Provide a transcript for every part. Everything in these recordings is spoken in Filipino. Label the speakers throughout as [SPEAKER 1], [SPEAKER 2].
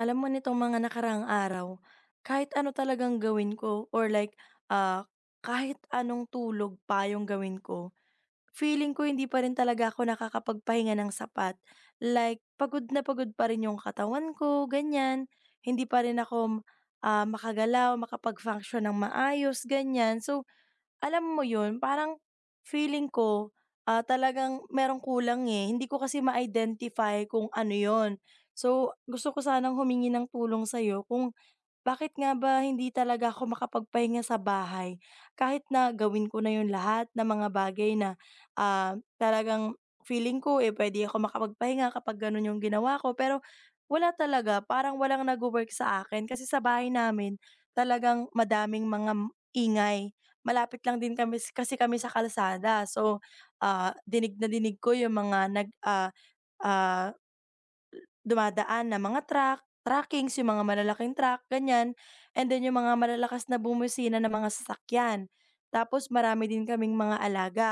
[SPEAKER 1] Alam mo nitong mga nakaraang araw, kahit ano talagang gawin ko or like, ah, kahit anong tulog pa yung gawin ko, feeling ko hindi pa rin talaga ako nakakapagpahinga ng sapat. Like, pagod na pagod pa rin yung katawan ko, ganyan. Hindi pa rin ako, makagalaw, makapag-function ng maayos, ganyan. So alam mo yun, parang feeling ko, talagang merong kulang, eh. Hindi ko kasi ma-identify kung ano yon. So, gusto ko sanang humingi ng tulong sa'yo kung bakit nga ba hindi talaga ako makapagpahinga sa bahay kahit na gawin ko na yung lahat ng mga bagay na, talagang feeling ko, eh, puwede ako makapagpahinga kapag gano'n yung ginawa ko. Pero wala talaga, parang walang nagwo-work sa akin kasi sa bahay namin talagang madaming mga ingay. Malapit lang din kami kasi kami sa kalsada. So, dinig na dinig ko yung mga nag, ah, ah dumadaan na mga truck, truckings, yung mga malalaking truck, ganyan. And then yung mga malalakas na bumusina ng mga sasakyan. Tapos marami din kaming mga alaga.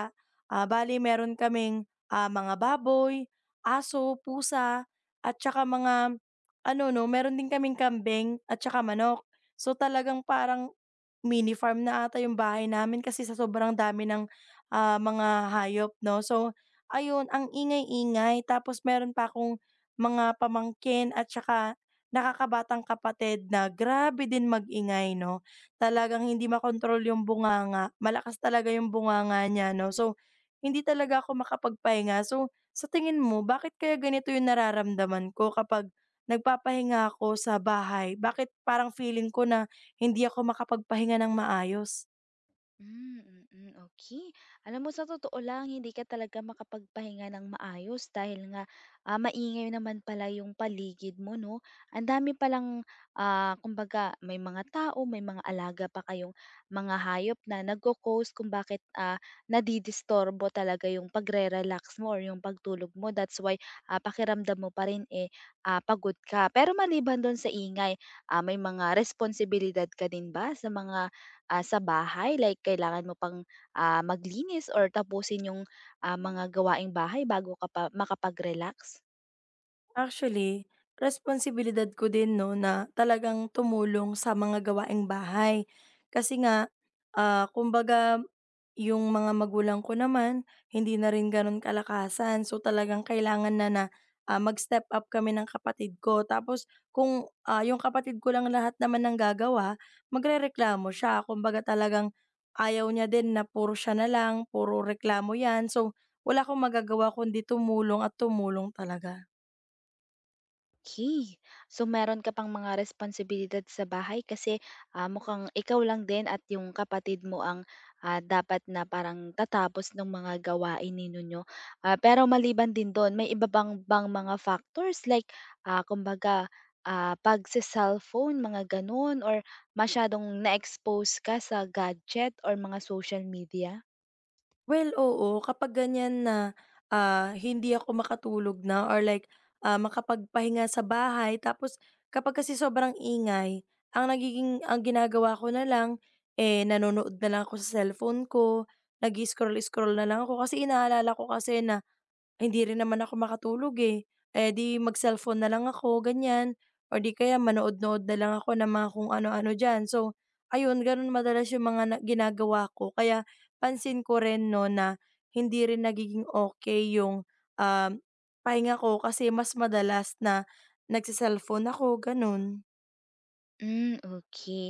[SPEAKER 1] Ah, bale meron kaming, mga baboy, aso, pusa, at saka mga ano 'no, meron din kaming kambing at saka manok. So, talagang parang mini farm na ata yung bahay namin kasi sa sobrang dami ng, mga hayop 'no. So, ayun ang ingay-ingay tapos meron pa akong mga pamangkin at saka nakakabatang kapatid na grabe din mag 'no. Talagang hindi makontrol yung bunganga, malakas talaga yung bunganga niya 'no. So, hindi talaga ako makapagpahinga. So, sa tingin mo bakit kaya ganito yung nararamdaman ko kapag nagpapahinga ako sa bahay? Bakit parang feeling ko na hindi ako makapagpahinga ng maayos.
[SPEAKER 2] Hmm, mm, okey. Alam mo sa totoo lang hindi ka talaga makapagpahinga ng maayos dahil nga, maingay naman pala yung paligid mo 'no. Ang dami palang, kumbaga may mga tao, may mga alaga pa kayong mga hayop na nagco-cause kung bakit, nadidisturbo talaga yung pagre-relax mo or yung pagtulog mo. That's why, pakiramdam mo pa rin, eh, pagod ka. Pero maliban dun sa ingay, may mga responsibilidad ka din ba sa mga sa bahay like kailangan mo pang, maglinis or tapusin yung, mga gawaing bahay bago ka pa makapag-relax?
[SPEAKER 1] Actually, responsibilidad ko din 'no, na talagang tumulong sa mga gawaing bahay. Kasi nga, kumbaga yung mga magulang ko naman hindi na rin gano'n kalakasan. So, talagang kailangan na na, ah, mag-step up kami ng kapatid ko. Tapos kung, ah, yung kapatid ko lang lahat naman ng gagawa, magrereklamo siya. Kumbaga talagang ayaw niya din na puro siya na lang, puro reklamo 'yan. So, wala akong magagawa kundi tumulong at tumulong talaga.
[SPEAKER 2] Okey. So, meron ka pang mga responsibilidad sa bahay kasi, mukhang ikaw lang din at yung kapatid mo ang, dapat na parang tatapos ng mga gawain ninyo 'no. Pero maliban din dun may iba bang bang mga factors like, kumbaga, pagse-cellphone mga ganun or masyadong na-expose ka sa gadget or mga social media?
[SPEAKER 1] Well, oo. Kapag ganyan na, hindi ako makatulog na or like, makapagpahinga sa bahay tapos kapag kasi sobrang ingay, ang ginagawa ko na lang, eh, nanonood na lang ako sa cellphone ko, nag scroll scroll na lang ako kasi inaalala ko kasi na hindi rin naman ako makatulog, eh. Eh, di mag-cellphone na lang ako, ganyan, or di kaya manood-nood na lang ako ng mga kung ano-ano diyan. So, ayun gano'n madalas yung mga na ginagawa ko kaya pansin ko rin 'no na hindi rin nagiging okay yung, um, pahinga ko kasi mas madalas na nagse-cellphone ako, gano'n.
[SPEAKER 2] Hmm. Okay.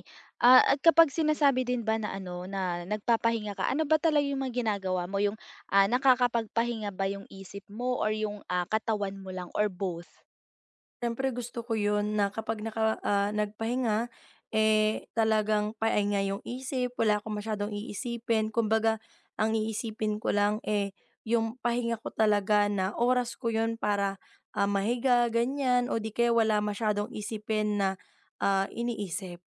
[SPEAKER 2] At kapag sinasabi din ba na ano, na nagpapahinga ka, ano ba talaga yung mga ginagawa mo? Yung, nakakapagpahinga ba yung isip mo or yung, katawan mo lang or both?
[SPEAKER 1] Siyempre gusto ko yun na kapag nagpahinga, eh, talagang pahinga yung isip, wala akong masyadong iisipin. Kumbaga ang iisipin ko lang, eh, yung pahinga ko talaga na oras ko yun para, mahiga ganyan o di kaya wala masyadong isipin na, iniisip.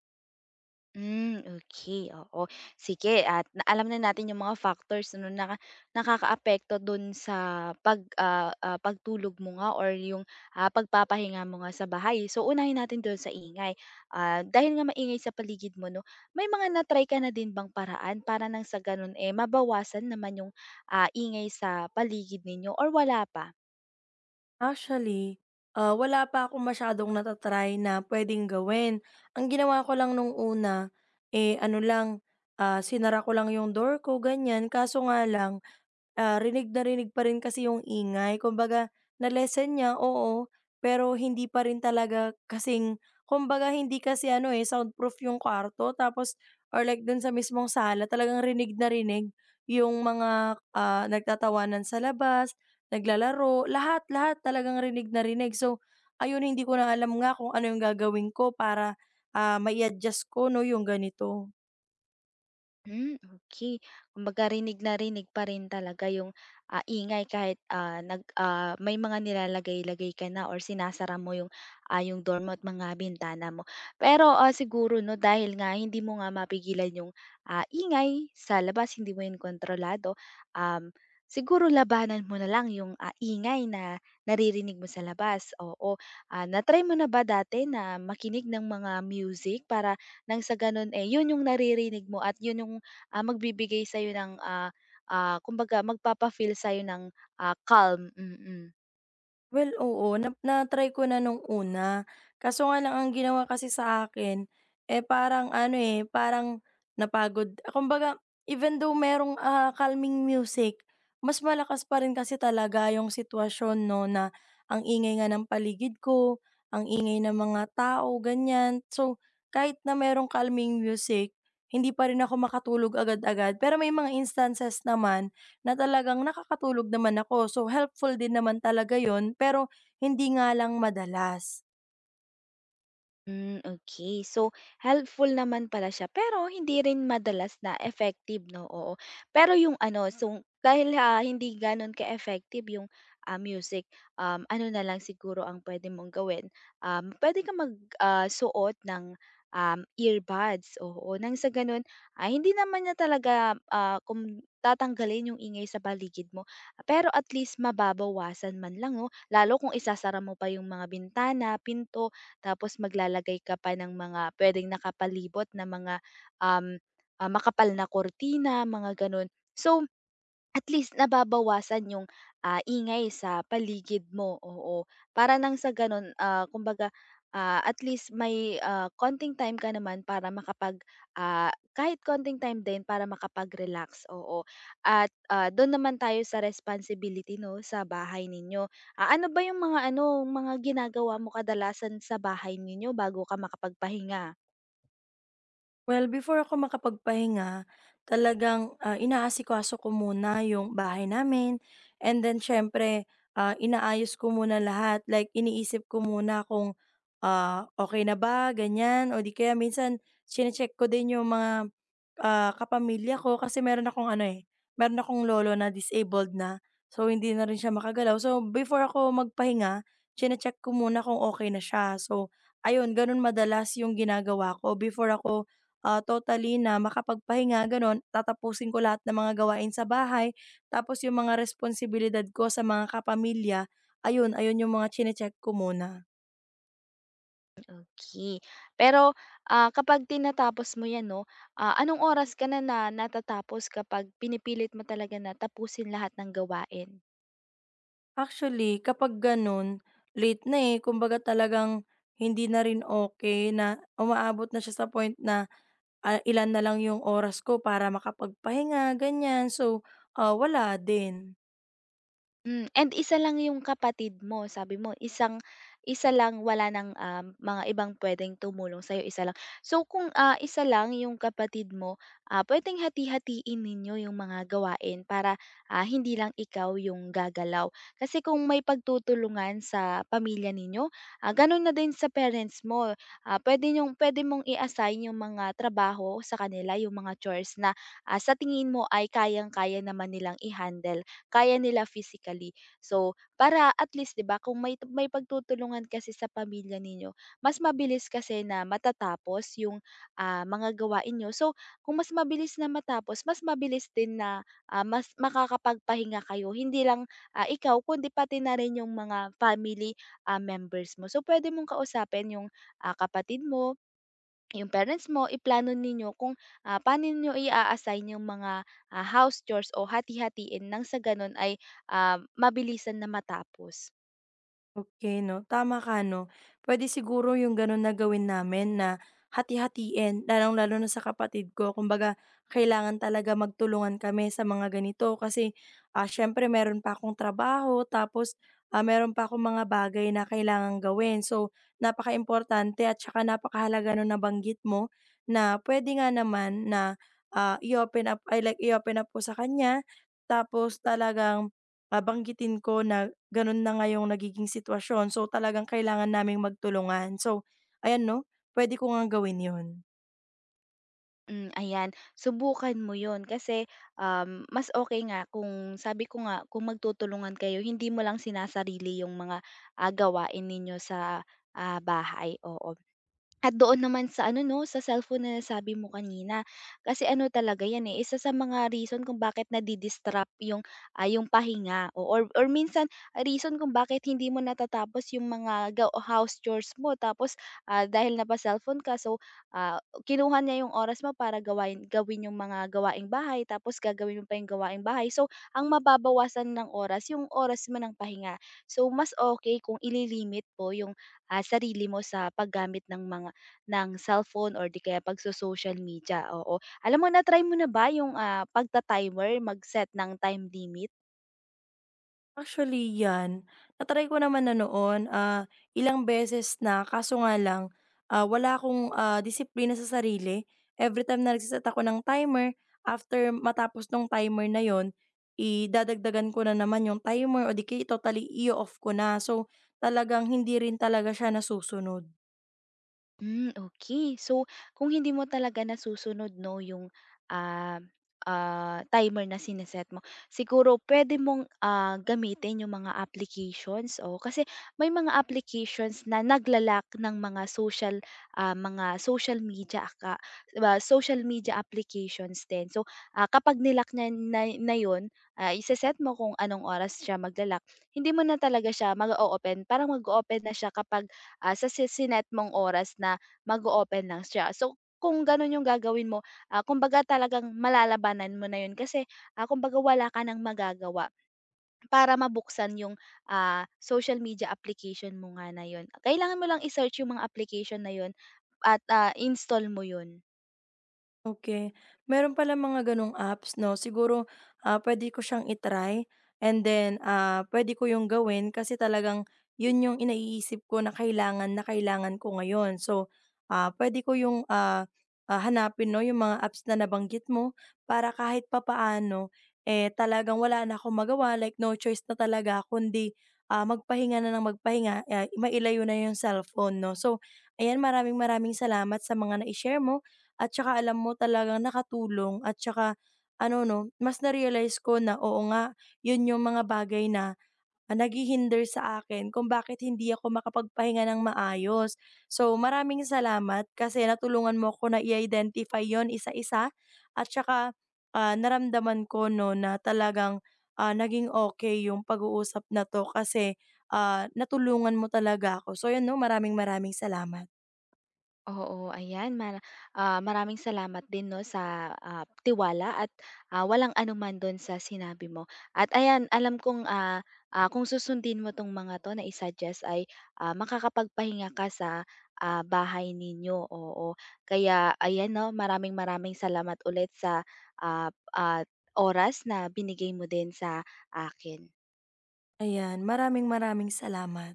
[SPEAKER 2] Hmm. Okay. Oo. Sige at na alam na natin yung mga factors 'no na nakakaapekto dun sa pagtulog mo nga or yung, pagpapahinga mo nga sa bahay. So, unahin natin dun sa ingay. Dahil nga maingay sa paligid mo 'no, may mga na-try ka na din bang paraan para nang sa ganun, eh, mabawasan naman yung, ingay sa paligid ninyo or wala pa?
[SPEAKER 1] Actually, wala pa akong masyadong nata na puwedeng gawin. Ang ginawa ko lang nung una, eh, ano lang, sinara ko lang yung door ko ganyan kaso nga lang ah, rinig na rinig pa rin kasi yung ingay kumbaga na-lessen niya, oo, pero hindi pa rin talaga kasing kumbaga hindi kasi ano, eh, soundproof yung kwarto tapos or like dun sa mismong sala talagang rinig na rinig yung mga, nagtatawanan sa labas, naglalaro, lahat, lahat talagang rinig na rinig. So, ayun hindi ko na alam nga kung ano yung gagawin ko para, mai-adjust ko 'no, yung ganito.
[SPEAKER 2] Hmm. Okay. Kumbaga rinig na rinig pa rin talaga yung, ingay kahit, may mga nilalagay-lagay ka na or sinasara mo yung door mo at mga bintana mo. Pero, siguro 'no dahil nga hindi mo nga mapigilan yung, ingay sa labas, hindi mo yun kontrolado, um, siguro labanan mo na lang yung, ingay na naririnig mo sa labas, oo. Na-try mo na ba dati na makinig ng mga music para nang sa ganun, eh, yun yung naririnig mo at yun yung magbibigay sa'yo ng, kumbaga magpapa-feel sa'yo ng, calm, mm. mm.
[SPEAKER 1] Well, oo na na-try ko na nung una, kaso nga lang ang ginawa kasi sa akin, eh, parang ano, eh, parang napagod. Ah, kumbaga even though merong, calming music, mas malakas pa rin kasi talaga yung sitwasyon 'no, na ang ingay nga ng paligid ko, ang ingay ng mga tao ganyan. So, kahit na merong calming music, hindi pa rin ako makatulog agad-agad. Pero may mga instances naman na talagang nakakatulog naman ako. So helpful din naman talaga yon pero hindi nga lang madalas.
[SPEAKER 2] Mm, okay. So, helpful naman pala siya pero hindi rin madalas na effective 'no, oo. Pero yung ano, so dahil, hindi gano'n ka-effective yung, music, ano na lang siguro ang pwede mong gawin, puwede kang mag, suot ng, earbuds, oo. Nang sa gano'n, hindi naman niya talaga, kung tatanggalin yung ingay sa paligid mo, pero at least mababawasan man lang 'no, lalo kung isasara mo pa yung mga bintana, pinto tapos maglalagay ka pa ng mga puwedeng nakapalibot na mga, um, makapal na kurtina, mga gano'n. So, at least nababawasan yung, ingay sa paligid mo, oo. Para nang sa gano'n, kumbaga, at least may, konting time ka naman para makapag, kahit konting time din para makapag-relax, oo. At, do'n naman tayo sa responsibility 'no, sa bahay ninyo. Ano ba yung mga ano, mga ginagawa mo kadalasan sa bahay ninyo bago ka makapagpahinga?
[SPEAKER 1] Well, before ako makapagpahinga, talagang, inaasikaso ko muna yung bahay namin and then siyempre, inaayos ko muna lahat like iniisip ko muna kung, okey na ba ganyan o di kaya minsan chine-check ko din yung mga, kapamilya ko kasi meron akong ano, eh, meron akong lolo na disabled na. So, hindi na rin siya makagalaw. So, before ako magpahinga, chine-check ko muna kung okay na siya. So, ayun ganun madalas yung ginagawa ko before ako totally na makapagpahinga gano'n. Tatapusin ko lahat ng mga gawain sa bahay, tapos yung mga responsibilidad ko sa mga kapamilya, ayun, ayun yung mga chine-check ko muna.
[SPEAKER 2] Okey. Pero, kapag tinatapos mo 'yan 'no, anong oras ka na na natatapos kapag pinipilit mo talaga na tapusin lahat ng gawain?
[SPEAKER 1] Actually, kapag gano'n, late na, eh, kumbaga talagang hindi na rin okey na umaabot na siya sa point na, ilan na lang yung oras ko para makapagpahinga, ganyan. So, wala din.
[SPEAKER 2] And isa lang yung kapatid mo sabi mo isang isa lang wala ng, mga ibang pwedeng tumulong sa'yo, isa lang. So kung, isa lang yung kapatid mo, puwedeng hati-hatiin ninyo yung mga gawain para, hindi lang ikaw yung gagalaw. Kasi kung may pagtutulungan sa pamilya ninyo, gano'n na din sa parents mo. Puwede mong i-assign yung mga trabaho sa kanila, yung mga chores na, sa tingin mo ay kayang-kaya naman nilang i-handle kaya nila physically. So, para at least 'di ba kung may pagtutulungan kasi sa pamilya ninyo, mas mabilis kasi na matatapos yung, mga gawain nyo. So, kung mas mabilis na matapos, mas mabilis din na, mas makakapagpahinga kayo. Hindi lang, ikaw kundi pati na rin yung mga family, members mo. So, pwede mong kausapin yung, kapatid mo, yung parents mo, iplano ninyo kung, paano niyo i assign yung mga, house chores o hati-hatiin nang sa gano'n ay, mabilisan na matapos.
[SPEAKER 1] Okay 'no, tama ka 'no. Puwede siguro yung gano'n na gawin namin na hati-hatiin, lalong-lalo na sa kapatid ko. Kumbaga kailangan talaga magtulungan kami sa mga ganito kasi, siyempre meron pa akong trabaho tapos, meron pa akong mga bagay na kailangan gawin. So, napakaimportante at saka napakahalaga nung nabanggit mo na puwede nga naman na, i-open up ay like i-open up ko sa kanya tapos talagang, banggitin ko na gano'n na nga yung nagiging sitwasyon. So, talagang kailangan naming magtulungan. So, ayan 'no, puwede ko ngang gawin 'yun.
[SPEAKER 2] Ayan, subukan mo yon kasi, mas okay nga kung sabi ko nga kung magtutulungan kayo hindi mo lang sinasarili yung mga, gawain ninyo sa, bahay, oo. At doon naman sa ano 'no, sa cellphone na nasabi mo kanina. Kasi ano talaga 'yan, eh, isa sa mga reason kung bakit 'yung, 'yung pahinga o or minsan reason kung bakit hindi mo natatapos 'yung mga house chores mo tapos, dahil napa-cellphone ka so, kinuha niya 'yung oras mo para gawin 'yung mga gawaing bahay tapos gagawin mo pa 'yung gawaing bahay. So, ang mababawasan ng oras 'yung oras mo ng pahinga. So, mas okay kung ililimit po 'yung, sarili mo sa paggamit ng cellphone or 'di kaya pagso-social media, oo. Alam mo na-try mo na ba yung, pagta-timer, mag-set ng time limit?
[SPEAKER 1] Actually 'yan, na ko naman na noon, ilang beses na kaso nga lang, wala akong, disiplina sa sarili. Everytime na nagse-set ako ng timer, after matapos ng timer na yon, idadagdagan ko na naman yung timer o di kaya totally i off ko na. So, talagang hindi rin talaga siya nasusunod.
[SPEAKER 2] Hmm. Okay. So, kung hindi mo talaga nasusunod 'no, yung, ah, timer na sine mo, siguro pwede mong, gamitin yung mga applications. O kasi may mga applications na naglalak ng mga social media aka ba social media applications din. So, kapag nilak lock niya na na yun, iseset mo kung anong oras siya maglalak. Hindi mo na talaga siya mag open. Parang mag open na siya kapag sa sinet mong oras na mag open lang siya. So, kung gano'n yung gagawin mo, kumbaga talagang malalabanan mo na yun kasi, kumbaga wala ka ng magagawa para mabuksan yung, social media application mo nga na yun. Kailangan mo lang i-search yung mga application na yun at, install mo yun.
[SPEAKER 1] Okay, meron palang mga gano'ng apps 'no. Siguro, pwede ko siyang i and then, pwede ko 'yung gawin kasi talagang 'yun 'yung naiisip ko na kailangan ko ngayon. So, pwede ko 'yung, hanapin 'no 'yung mga apps na nabanggit mo para kahit papaano, eh, talagang wala na akong magawa like no choice na talaga kundi, magpahinga na ng magpahinga, mailayo na 'yung cellphone 'no. So ayan, maraming maraming salamat sa mga na share mo. At tsaka alam mo talagang nakatulong at tsaka ano 'no, mas na-realize ko na oo nga, 'yun yung mga bagay na, naghihinder sa akin kung bakit hindi ako makapagpahinga ng maayos. So, maraming salamat kasi natulungan mo ko na i-identify 'yun isa-isa at tsaka, naramdaman ko 'no na talagang, naging okay yung pag-uusap na 'to kasi, natulungan mo talaga ako. So 'yun 'no, maraming maraming salamat.
[SPEAKER 2] Oo, ayan maraming salamat din 'no sa, tiwala at, walang anuman do'n sa sinabi mo. At ayan, alam kong, kung susundin mo 'tong mga 'to na i-suggest ay, makakapagpahinga ka sa, bahay ninyo, oo. Kaya ayan 'no, maraming maraming salamat ulit sa, at oras na binigay mo din sa akin.
[SPEAKER 1] Ayan, maraming maraming salamat.